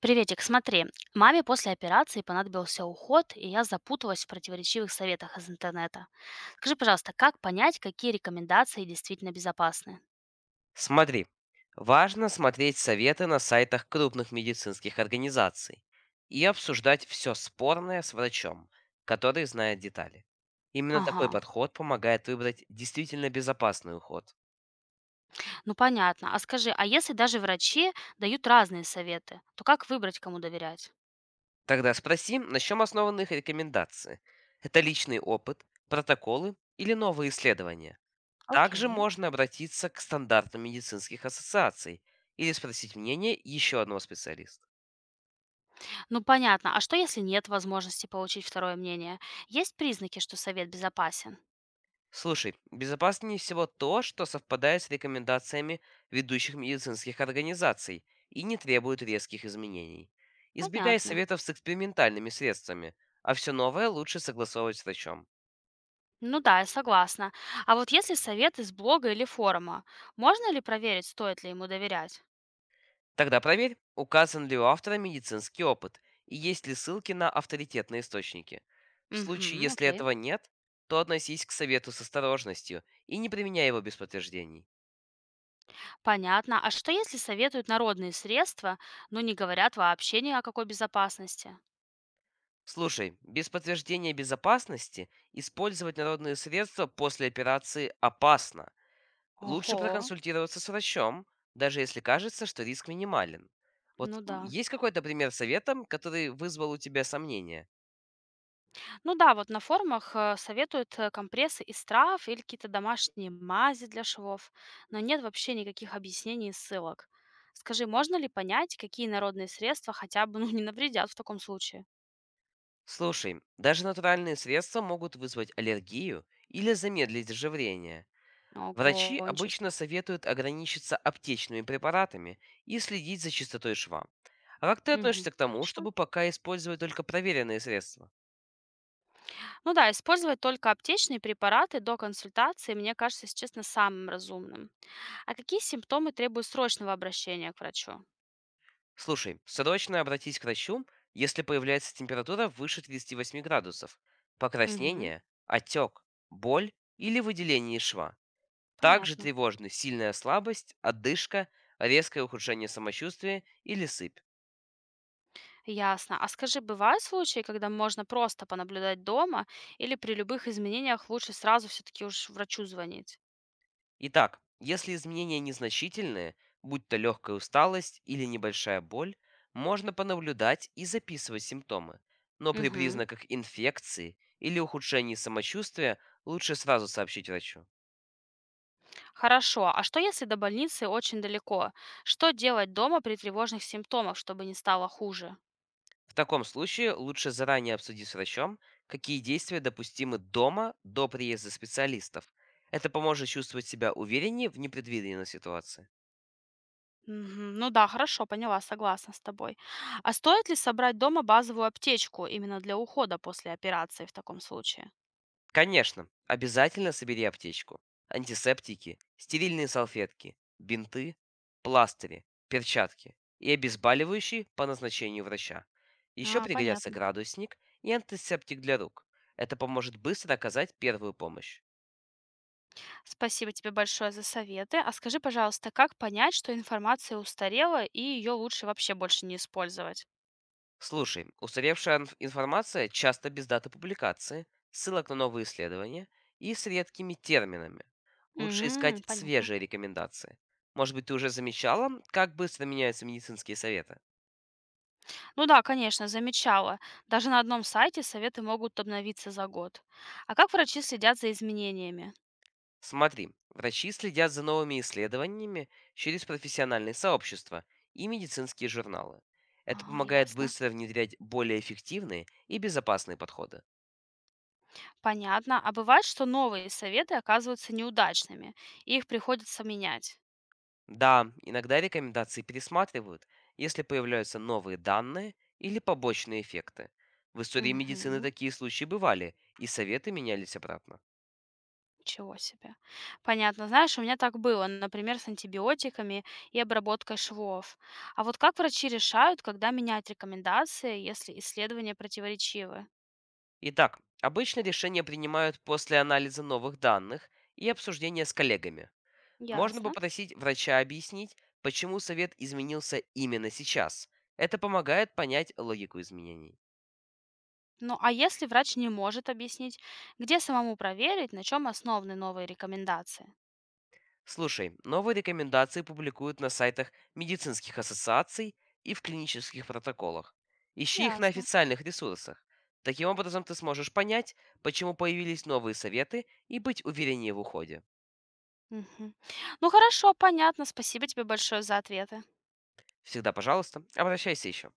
Приветик, смотри, маме после операции понадобился уход, и я запуталась в противоречивых советах из интернета. Скажи, пожалуйста, как понять, какие рекомендации действительно безопасны? Смотри, важно смотреть советы на сайтах крупных медицинских организаций и обсуждать все спорное с врачом, который знает детали. Именно Ага, такой подход помогает выбрать действительно безопасный уход. ну понятно. А скажи, а если даже врачи дают разные советы, то как выбрать, кому доверять? Тогда спроси, на чем основаны их рекомендации. Это личный опыт, протоколы или новые исследования. Также Окей. можно обратиться к стандартам медицинских ассоциаций или спросить мнение еще одного специалиста. Ну понятно. А что, если нет возможности получить второе мнение? Есть признаки, что совет безопасен? Слушай, безопаснее всего то, что совпадает с рекомендациями ведущих медицинских организаций и не требует резких изменений. Избегай Понятно. советов с экспериментальными средствами, а все новое лучше согласовывать с врачом. Ну да, я согласна. А вот если совет из блога или форума, можно ли проверить, стоит ли ему доверять? Тогда проверь, указан ли у автора медицинский опыт и есть ли ссылки на авторитетные источники. В случае, Мгм. если Окей. этого нет, то относись к совету с осторожностью и не применяй его без подтверждений. Понятно. А что, если советуют народные средства, но не говорят вообще ни о какой безопасности? Слушай, без подтверждения безопасности использовать народные средства после операции опасно. Лучше Ого, проконсультироваться с врачом, даже если кажется, что риск минимален. Ну да. Есть какой-то пример совета, который вызвал у тебя сомнения? Ну да, вот на форумах советуют компрессы из трав или какие-то домашние мази для швов, но нет вообще никаких объяснений и ссылок. Скажи, можно ли понять, какие народные средства хотя бы ну, не навредят в таком случае? Слушай, даже натуральные средства могут вызвать аллергию или замедлить заживление. Врачи Ого, ничего обычно себе. советуют ограничиться аптечными препаратами и следить за чистотой шва. А как ты Мгм. относишься к тому, Хорошо. чтобы пока использовать только проверенные средства? Ну да, использовать только аптечные препараты до консультации, мне кажется, если честно, самым разумным. А какие симптомы требуют срочного обращения к врачу? Слушай, срочно обратись к врачу, если появляется температура выше 38 градусов, Мгм. покраснение, отек, боль или выделение из шва. Также Понятно. тревожны сильная слабость, отдышка, резкое ухудшение самочувствия или сыпь. Ясно. А скажи, бывают случаи, когда можно просто понаблюдать дома или при любых изменениях лучше сразу все-таки уж врачу звонить? Итак, если изменения незначительные, будь то легкая усталость или небольшая боль, можно понаблюдать и записывать симптомы. Но при Мгм. признаках инфекции или ухудшении самочувствия лучше сразу сообщить врачу. Хорошо. А что если до больницы очень далеко? Что делать дома при тревожных симптомах, чтобы не стало хуже? В таком случае лучше заранее обсудить с врачом, какие действия допустимы дома до приезда специалистов. Это поможет чувствовать себя увереннее в непредвиденной ситуации. Мгм. Ну да, хорошо, поняла, согласна с тобой. А стоит ли собрать дома базовую аптечку именно для ухода после операции в таком случае? Конечно, обязательно собери аптечку, антисептики, стерильные салфетки, бинты, пластыри, перчатки и обезболивающие по назначению врача. Еще А, пригодятся понятно. градусник и антисептик для рук. Это поможет быстро оказать первую помощь. Спасибо тебе большое за советы. А скажи, пожалуйста, как понять, что информация устарела и ее лучше вообще больше не использовать? Слушай, устаревшая информация часто без даты публикации, ссылок на новые исследования и с редкими терминами. Лучше искать Мгм, понятно. свежие рекомендации. Может быть, ты уже замечала, как быстро меняются медицинские советы? Ну да, конечно, замечала. Даже на одном сайте советы могут обновиться за год. А как врачи следят за изменениями? Смотри, врачи следят за новыми исследованиями через профессиональные сообщества и медицинские журналы. Это А, помогает ясно. быстро внедрять более эффективные и безопасные подходы. Понятно. А бывает, что новые советы оказываются неудачными, и их приходится менять. Да, иногда рекомендации пересматривают, если появляются новые данные или побочные эффекты. В истории медицины Мгм. такие случаи бывали, и советы менялись обратно. Ничего себе. Понятно. Знаешь, у меня так было, например, с антибиотиками и обработкой швов. А вот как врачи решают, когда менять рекомендации, если исследования противоречивы? Итак, обычно решения принимают после анализа новых данных и обсуждения с коллегами. Можно Ясно. попросить врача объяснить, почему совет изменился именно сейчас. Это помогает понять логику изменений. Ну а если врач не может объяснить, где самому проверить, на чем основаны новые рекомендации? Слушай, новые рекомендации публикуют на сайтах медицинских ассоциаций и в клинических протоколах. Ищи их на Ясно. официальных ресурсах. Таким образом, ты сможешь понять, почему появились новые советы и быть увереннее в уходе. Мгм. Ну хорошо, понятно. Спасибо тебе большое за ответы. Всегда, пожалуйста, обращайся еще.